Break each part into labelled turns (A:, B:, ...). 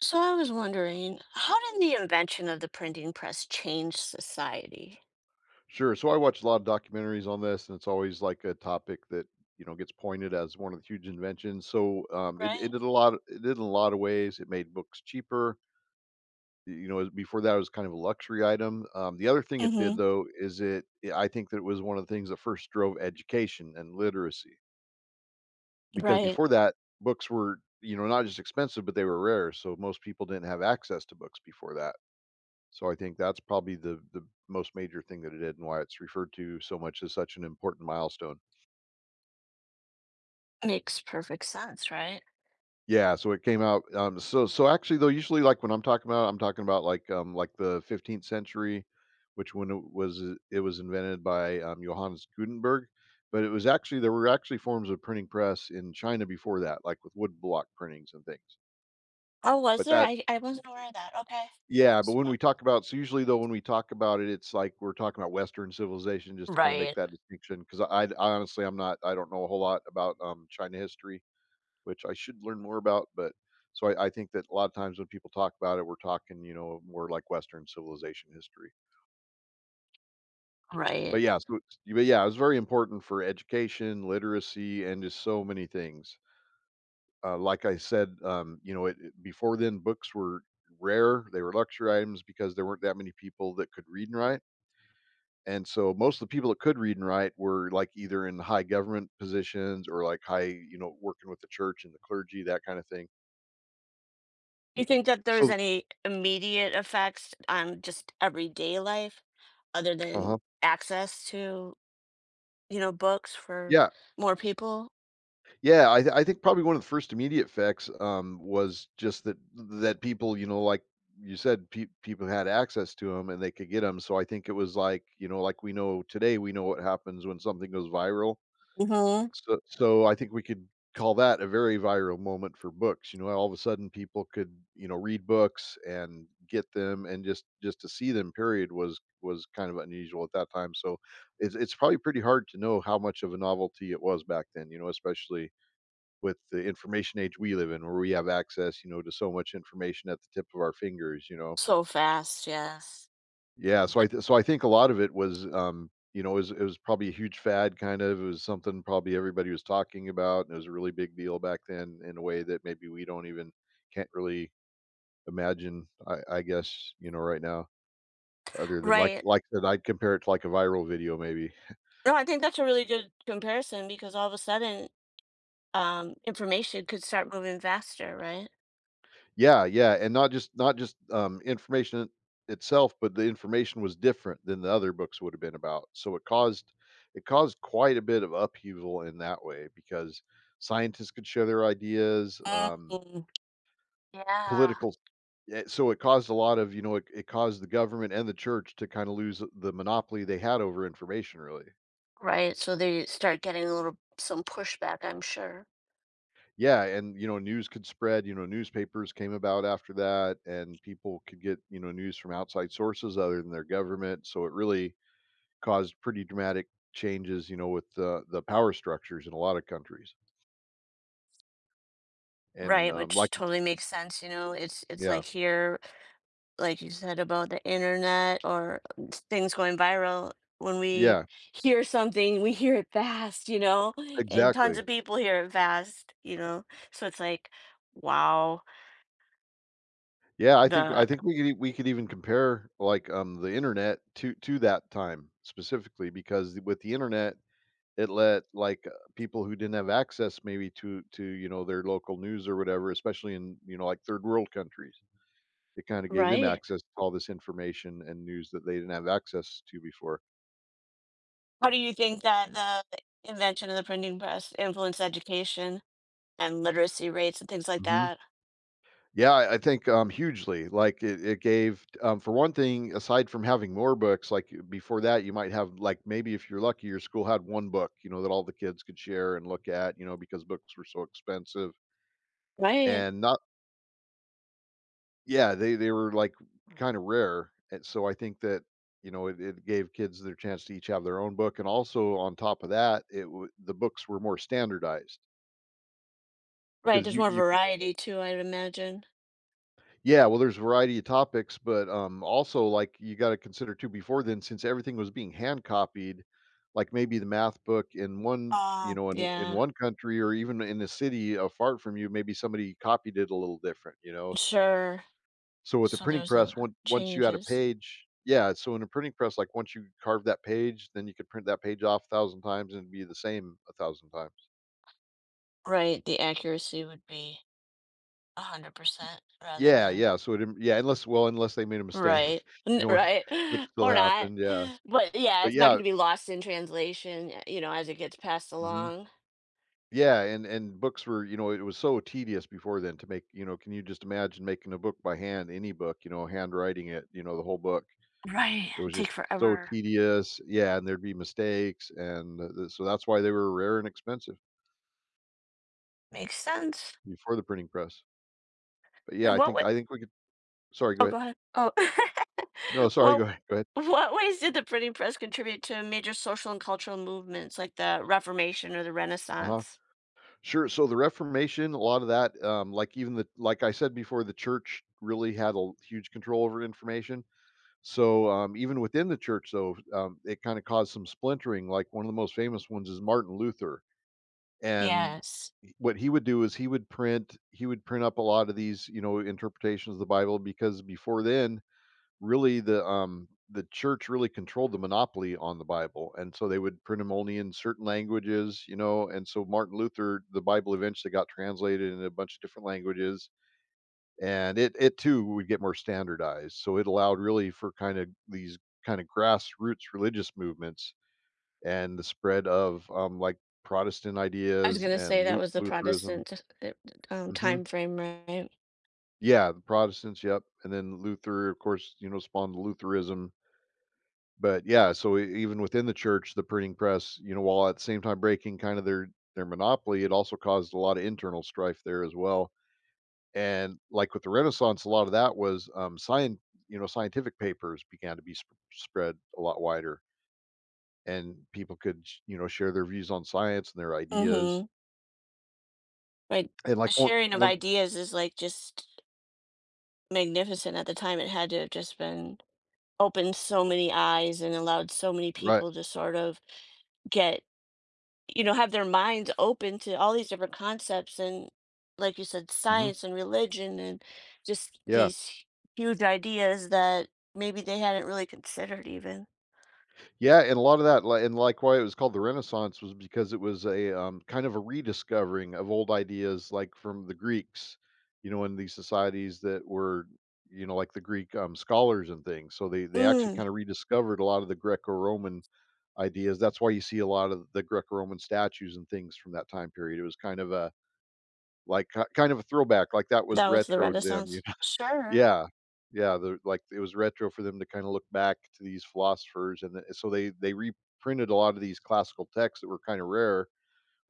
A: So I was wondering, how did the invention of the printing press change society?
B: Sure. So I watch a lot of documentaries on this, and it's always like a topic that gets pointed as one of the huge inventions. So it,
A: Right.
B: it did a lot. It did in a lot of ways. It made books cheaper. Before that it was kind of a luxury item. The other thing it did
A: hmm
B: though is it. I think that it was one of the things that first drove education and literacy, because
A: Right.
B: before that books were not just expensive but they were rare. So most people didn't have access to books before that, so I think that's probably the most major thing that it did and why it's referred to so much as such an important milestone.
A: Makes perfect sense, right?
B: Yeah, so it came out so actually, though, usually like when I'm talking about like the 15th century, which when it was invented by Johannes Gutenberg, but it was actually there were actually forms of printing press in China before that, like with wood block printings and things.
A: Oh, was
B: But
A: there?
B: that
A: I wasn't aware of that. Okay.
B: Yeah, but when
A: So-
B: we talk about, so usually though when we talk about it, it's like we're talking about Western civilization just to kind of make
A: right.
B: that distinction, 'cause I honestly I'm not I don't know a whole lot about, China history, which I should learn more about, but so I think that a lot of times when people talk about it, we're talking, more like Western civilization history.
A: Right.
B: But yeah, so it's but yeah, it's very important for education, literacy, and just so many things. Like I said, it before then, books were rare. They were luxury items because there weren't that many people that could read and write. And so most of the people that could read and write were like either in high government positions or like high, working with the church and the clergy, that kind of thing.
A: You think that there's
B: So,
A: any immediate effects on just everyday life other than
B: uh-huh.
A: access to, books for
B: Yeah,
A: more people?
B: yeah. I think probably one of the first immediate effects was just that people, like you said, people had access to them and they could get them. So I think it was like, like we know today, we know what happens when something goes viral.
A: hmm
B: So I think we could call that a very viral moment for books. All of a sudden people could, read books and get them and just to see them period was kind of unusual at that time. So it's probably pretty hard to know how much of a novelty it was back then, especially with the information age we live in where we have access, to so much information at the tip of our fingers.
A: So fast, yes.
B: Yeah, so I think a lot of it was, it was probably a huge fad kind of. It was something probably everybody was talking about, and it was a really big deal back then in a way that maybe we don't even can't really imagine, I guess, right now, other than like
A: Right.
B: like that, I'd compare it to like a viral video maybe.
A: No, I think that's a really good comparison because all of a sudden, information could start moving faster, right?
B: Yeah, yeah, and not just information itself, but the information was different than the other books would have been about. So it caused quite a bit of upheaval in that way because scientists could share their ideas,
A: Mm, yeah.
B: political yeah, so it caused a lot of, it caused the government and the church to kinda lose the monopoly they had over information, really.
A: Right. So they start getting a little some pushback, I'm sure.
B: Yeah, and, news could spread. Newspapers came about after that, and people could get, news from outside sources other than their government, so it really caused pretty dramatic changes, with the power structures in a lot of countries. And,
A: Right, which
B: like,
A: totally makes sense. It's
B: yeah,
A: like here, like you said about the internet or things going viral. When we
B: yeah,
A: hear something, we hear it fast, and tons
B: exactly.
A: of people hear it fast, So it's like, wow,
B: Yeah, I think I
A: the
B: think we could e we could even compare, like, the internet to that time specifically because with the internet, it let, like, people who didn't have access maybe to their local news or whatever, especially in, like, third world countries. It kinda gave them
A: right.
B: access to all this information and news that they didn't have access to before.
A: How do you think that the invention of the printing press influenced education and literacy rates and things like
B: Mhm.
A: that?
B: Yeah, I think, hugely. Like, it gave, for one thing, aside from having more books, like, before that, you might have, like, maybe if you're lucky, your school had one book, that all the kids could share and look at, because books were so expensive,
A: Right.
B: and not. Yeah, they were, like, kinda rare, and so I think that, it gave kids their chance to each have their own book, and also on top of that, it w the books were more standardized
A: Right,
B: because
A: there's
B: you
A: more
B: you
A: variety too, I'd imagine.
B: Yeah, well, there's a variety of topics, but, also, like, you gotta consider too before then, since everything was being hand copied, like, maybe the math book in one, in
A: Yeah,
B: one country or even in a city apart from you, maybe somebody copied it a little different, you know? S
A: sure.
B: So with the
A: So
B: printing
A: there's the
B: press, once you had a
A: changes.
B: page, yeah, so in a printing press, like, once you carved that page, then you could print that page off 1,000 times and it'd be the same 1,000 times.
A: Right, the accuracy would be 100% rather
B: Yeah,
A: than
B: yeah, so it did, yeah, unless they made a mistake,
A: right.
B: you know,
A: Right.
B: which still
A: Or not.
B: happened, yeah.
A: But yeah,
B: But
A: it's not going
B: yeah.
A: to be lost in translation, you know, as it gets passed
B: Mhm.
A: along.
B: Yeah, and books were, it was so tedious before then to make. Can you just imagine making a book by hand, any book, handwriting it, the whole book.
A: Right.
B: It was
A: Take
B: just so
A: forever.
B: tedious. Yeah, and there'd be mistakes, and th th so that's why they were rare and expensive
A: Makes sense.
B: before the printing press. But yeah,
A: In
B: I
A: what way?
B: think I think we could. Sorry, go
A: Oh, go
B: ahead.
A: ahead. Oh.
B: No, sorry, go
A: Well,
B: ahead. Go ahead.
A: what ways did the printing press contribute to major social and cultural movements like the Reformation or the
B: Uh-huh.
A: Renaissance?
B: Sure, so the Reformation, a lot of that, like even the, like I said before, the church really had a huge control over information. So, even within the church, though, it kind of caused some splintering. Like one of the most famous ones is Martin Luther, and
A: Yes.
B: what he would do is he would print up a lot of these, interpretations of the Bible. Because before then, really the church really controlled the monopoly on the Bible, and so they would print them only in certain languages. And so, Martin Luther, the Bible eventually got translated in a bunch of different languages, and it too would get more standardized, so it allowed really for kind of these kind of grassroots religious movements and the spread of, like, Protestant
A: I was
B: ideas
A: gonna
B: and
A: say that
B: Lu
A: was the
B: Lutheranism.
A: Protestant
B: Mhm.
A: time frame, right?
B: Yeah, the Protestants, yep, and then Luther, of course, spawned Lutheranism. But, yeah, so e even within the church, the printing press, while at the same time breaking kind of their monopoly, it also caused a lot of internal strife there as well. And like with the Renaissance, a lot of that was, science. Scientific papers began to be spread a lot wider, and people could share their views on science and their ideas.
A: hmm Like
B: And
A: the
B: like one
A: sharing of
B: one
A: ideas is like just magnificent at the time. It had to have just been opened so many eyes and allowed so many
B: right.
A: people to sort of get, you know, have their minds open to all these different concepts and, like you said,
B: Hmm,
A: science and religion and just
B: yeah,
A: these huge ideas that maybe they hadn't really considered even.
B: yeah, and a lot of that, and like why it was called the Renaissance was because it was a, kind of a rediscovering of old ideas, like from the Greeks. In these societies that were, like the Greek, scholars and things, so they actually
A: Mm,
B: kind of rediscovered a lot of the Greco-Roman ideas. That's why you see a lot of the Greco-Roman statues and things from that time period. It was kind of a like ki kind of a throwback, like that was
A: that was the
B: retro to them, you
A: Renaissance.
B: know?
A: Sure.
B: Yeah. Yeah, the like, it was retro for them to kinda look back to these philosophers, and the so they reprinted a lot of these classical texts that were kinda rare,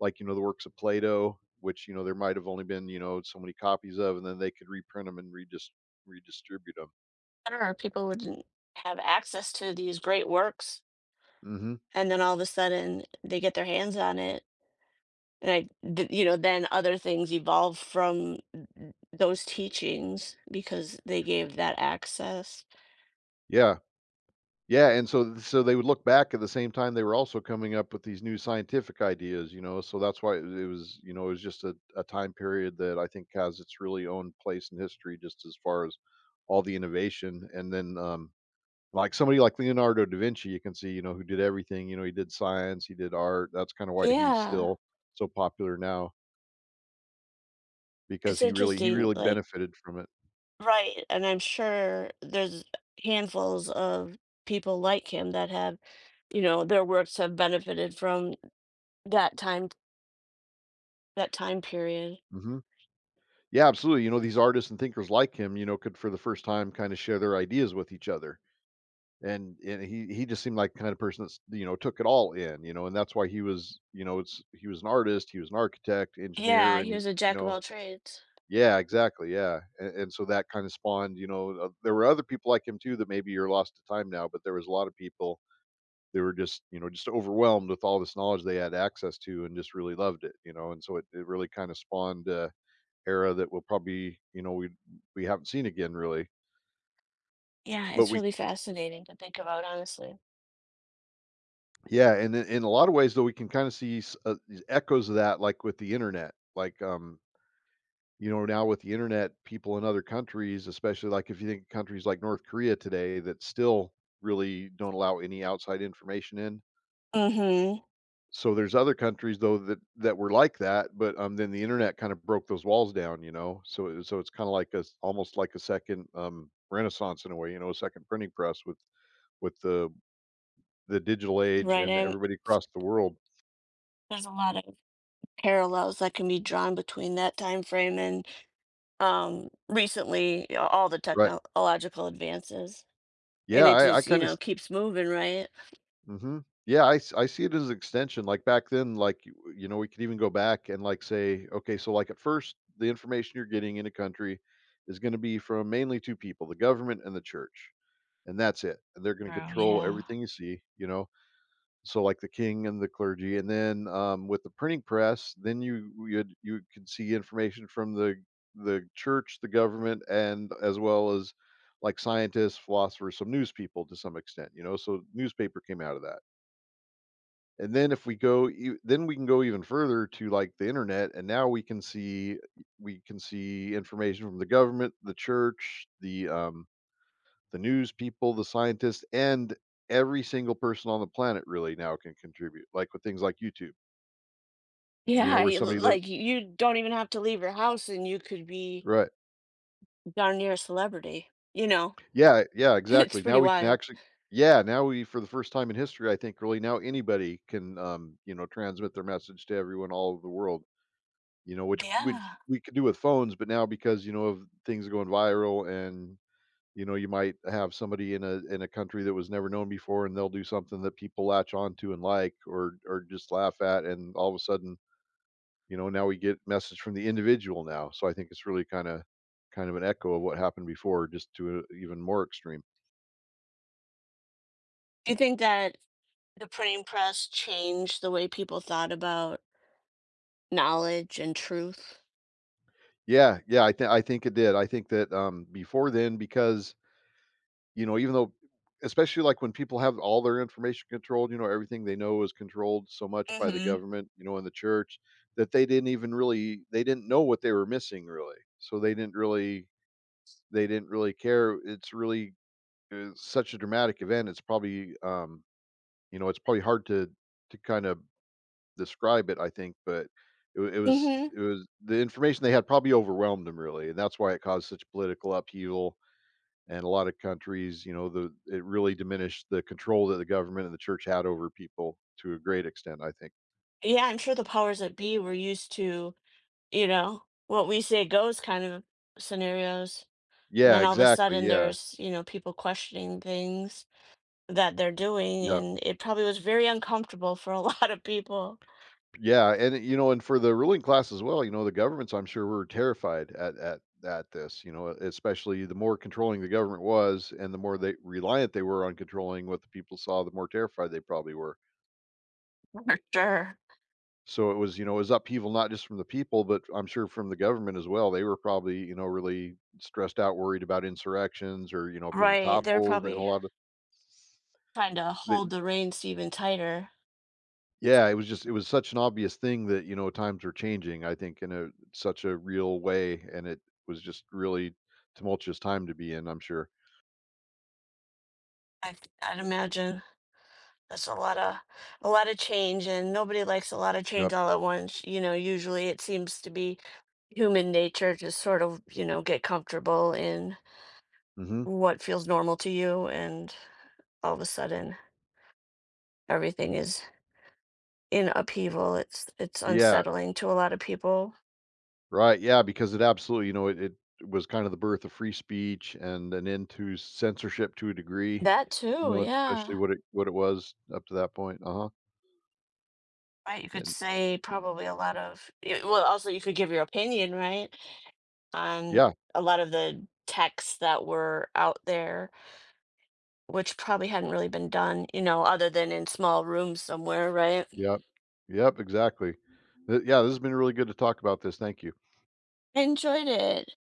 B: like, the works of Plato, which, there might have only been, so many copies of, and then they could reprint them and redistribute them.
A: Sure. People wouldn't have access to these great works.
B: 'Em. Mhm.
A: And then all of a sudden they get their hands on it. And you know, then other things evolve from those teachings because they gave that access.
B: Yeah. Yeah, and so they would look back at the same time they were also coming up with these new scientific ideas. So that's why it was, it was just a time period that I think has its really own place in history, just as far as all the innovation. And then, like somebody like Leonardo da Vinci, you can see, you know, who did everything. You know, he did science, he did art. That's kind of why he's
A: Yeah.
B: still so popular now because
A: It's
B: he really he
A: interesting,
B: really
A: like
B: benefited from it.
A: right, and I'm sure there's handfuls of people like him that have, you know, their works have benefited from that time that time period.
B: hmm Yeah, absolutely. You know, these artists and thinkers like him, you know, could for the first time kind of share their ideas with each other. And he just seemed like the kind of person that's, you know, took it all in, you know, and that's why he was, you know it's he was an artist, he was an architect,
A: Yeah,
B: engineer, and
A: he
B: he
A: was a
B: you
A: jack of
B: know
A: all trades.
B: yeah, exactly, yeah, and so that kind of spawned, you know, there were other people like him too that maybe you're lost to time now, but there was a lot of people. They were just, you know, just overwhelmed with all this knowledge they had access to and just really loved it, you know. And so it really kind of spawned a era that we'll probably, you know, we haven't seen again really.
A: Yeah,
B: but
A: it's
B: we
A: really fascinating to think about, honestly.
B: Yeah, and in a lot of ways, though, we can kind of see these echoes of that, like with the internet. Like, you know, now with the internet, people in other countries, especially like if you think countries like North Korea today, that still really don't allow any outside information in.
A: Mhm.
B: So there's other countries though that were like that, but then the internet kind of broke those walls down, you know. So so it's kind of like a almost like a second renaissance in a way, you know, a second printing press with with the digital age,
A: Right,
B: and
A: and
B: everybody across the world,
A: there's a lot of parallels that can be drawn between that time frame and recently, you know, all the
B: right?
A: technological advances. And
B: Yeah,
A: it
B: I
A: just, you
B: kind of.
A: know, keeps moving, right?
B: hmm Yeah, I I see it as an extension. Like back then, like you know, we could even go back and like say, okay, so like at first, the information you're getting in a country is going to be from mainly two people, the government and the church, and that's it. And they're going to
A: True,
B: control
A: yeah.
B: everything you see, you know. So like the king and the clergy, and then with the printing press, then you can see information from the church, the government, and as well as like scientists, philosophers, some news people to some extent, you know. So newspaper came out of that. And then if we go, then we can go even further to like the internet, and now we can see information from the government, the church, the news people, the scientists, and every single person on the planet really now can contribute. Like with things like YouTube, you know,
A: Yeah,
B: where
A: you l
B: somebody live,
A: like, you don't even have to leave your house, and you could be
B: right?
A: darn near a celebrity, you know?
B: Yeah, yeah,
A: It's
B: exactly.
A: pretty
B: Now we can
A: wild.
B: actually, yeah, now we, for the first time in history, I think, really now anybody can, you know, transmit their message to everyone all over the world. You know, which we
A: Yeah.
B: we could do with phones, but now because, you know, of things going viral and, you know, you might have somebody in a country that was never known before, and they'll do something that people latch on to and like, or just laugh at, and all of a sudden, you know, now we get message from the individual now. So I think it's really kind of an echo of what happened before, just to a even more extreme.
A: Do you think that the printing press changed the way people thought about knowledge and truth?
B: Yeah, yeah, I think it did. I think that, before then because, you know, even though, especially, like, when people have all their information controlled, you know, everything they know is controlled so much by the
A: Mhm.
B: government, you know, and the church, that they didn't know what they were missing, really. So they didn't really care. It's really it's such a dramatic event. It's probably, you know, it's probably hard to kind of describe it, I think, but
A: Mhm.
B: it was the information they had probably overwhelmed them, really, and that's why it caused such political upheaval and a lot of countries, you know, the it really diminished the control that the government and the church had over people to a great extent, I think.
A: Yeah, I'm sure the powers that be were used to, you know, what we say goes kind of scenarios, and
B: Yeah,
A: then all of a
B: exactly,
A: sudden
B: yeah,
A: there's, you know, people questioning things that they're doing,
B: yeah,
A: and it probably was very uncomfortable for a lot of people.
B: yeah, and, you know, and for the ruling class as well, you know, the governments, I'm sure, were terrified at this, you know, especially the more controlling the government was and the more they reliant they were on controlling what the people saw, the more terrified they probably were.
A: For sure.
B: So it was, you know, it was upheaval not just from the people, but I'm sure from the government as well. They were probably, you know, really stressed out, worried about insurrections or, you know, being
A: Right. They're
B: toppled, and a
A: probably
B: lot of
A: trying to
B: the
A: hold the reins even tighter.
B: yeah, it was just it was such an obvious thing that, you know, times were changing, I think, in a such a real way. And it was just really tumultuous time to be in, I'm sure.
A: I, I'd imagine that's a lot of change, and nobody likes a lot of change
B: Yep.
A: all at once. You know, usually it seems to be human nature to sort of, you know, get comfortable in
B: hmm
A: what feels normal to you, and all of a sudden everything is in upheaval. It's
B: Yeah.
A: unsettling to a lot of people.
B: Right, yeah, because it absolutely, you know, it was kind of the birth of free speech and an end to censorship to a degree,
A: That
B: you
A: too,
B: know, especially
A: yeah.
B: what it was up to that point, uh-huh,
A: Right, you could
B: and
A: say probably a lot of. Y- Well, also you could give your opinion, right? On
B: yeah,
A: a lot of the texts that were out there, which probably hadn't really been done, you know, other than in small rooms somewhere, right?
B: yep, yep, exactly. Th Yeah, this has been really good to talk about this, thank you.
A: I enjoyed it.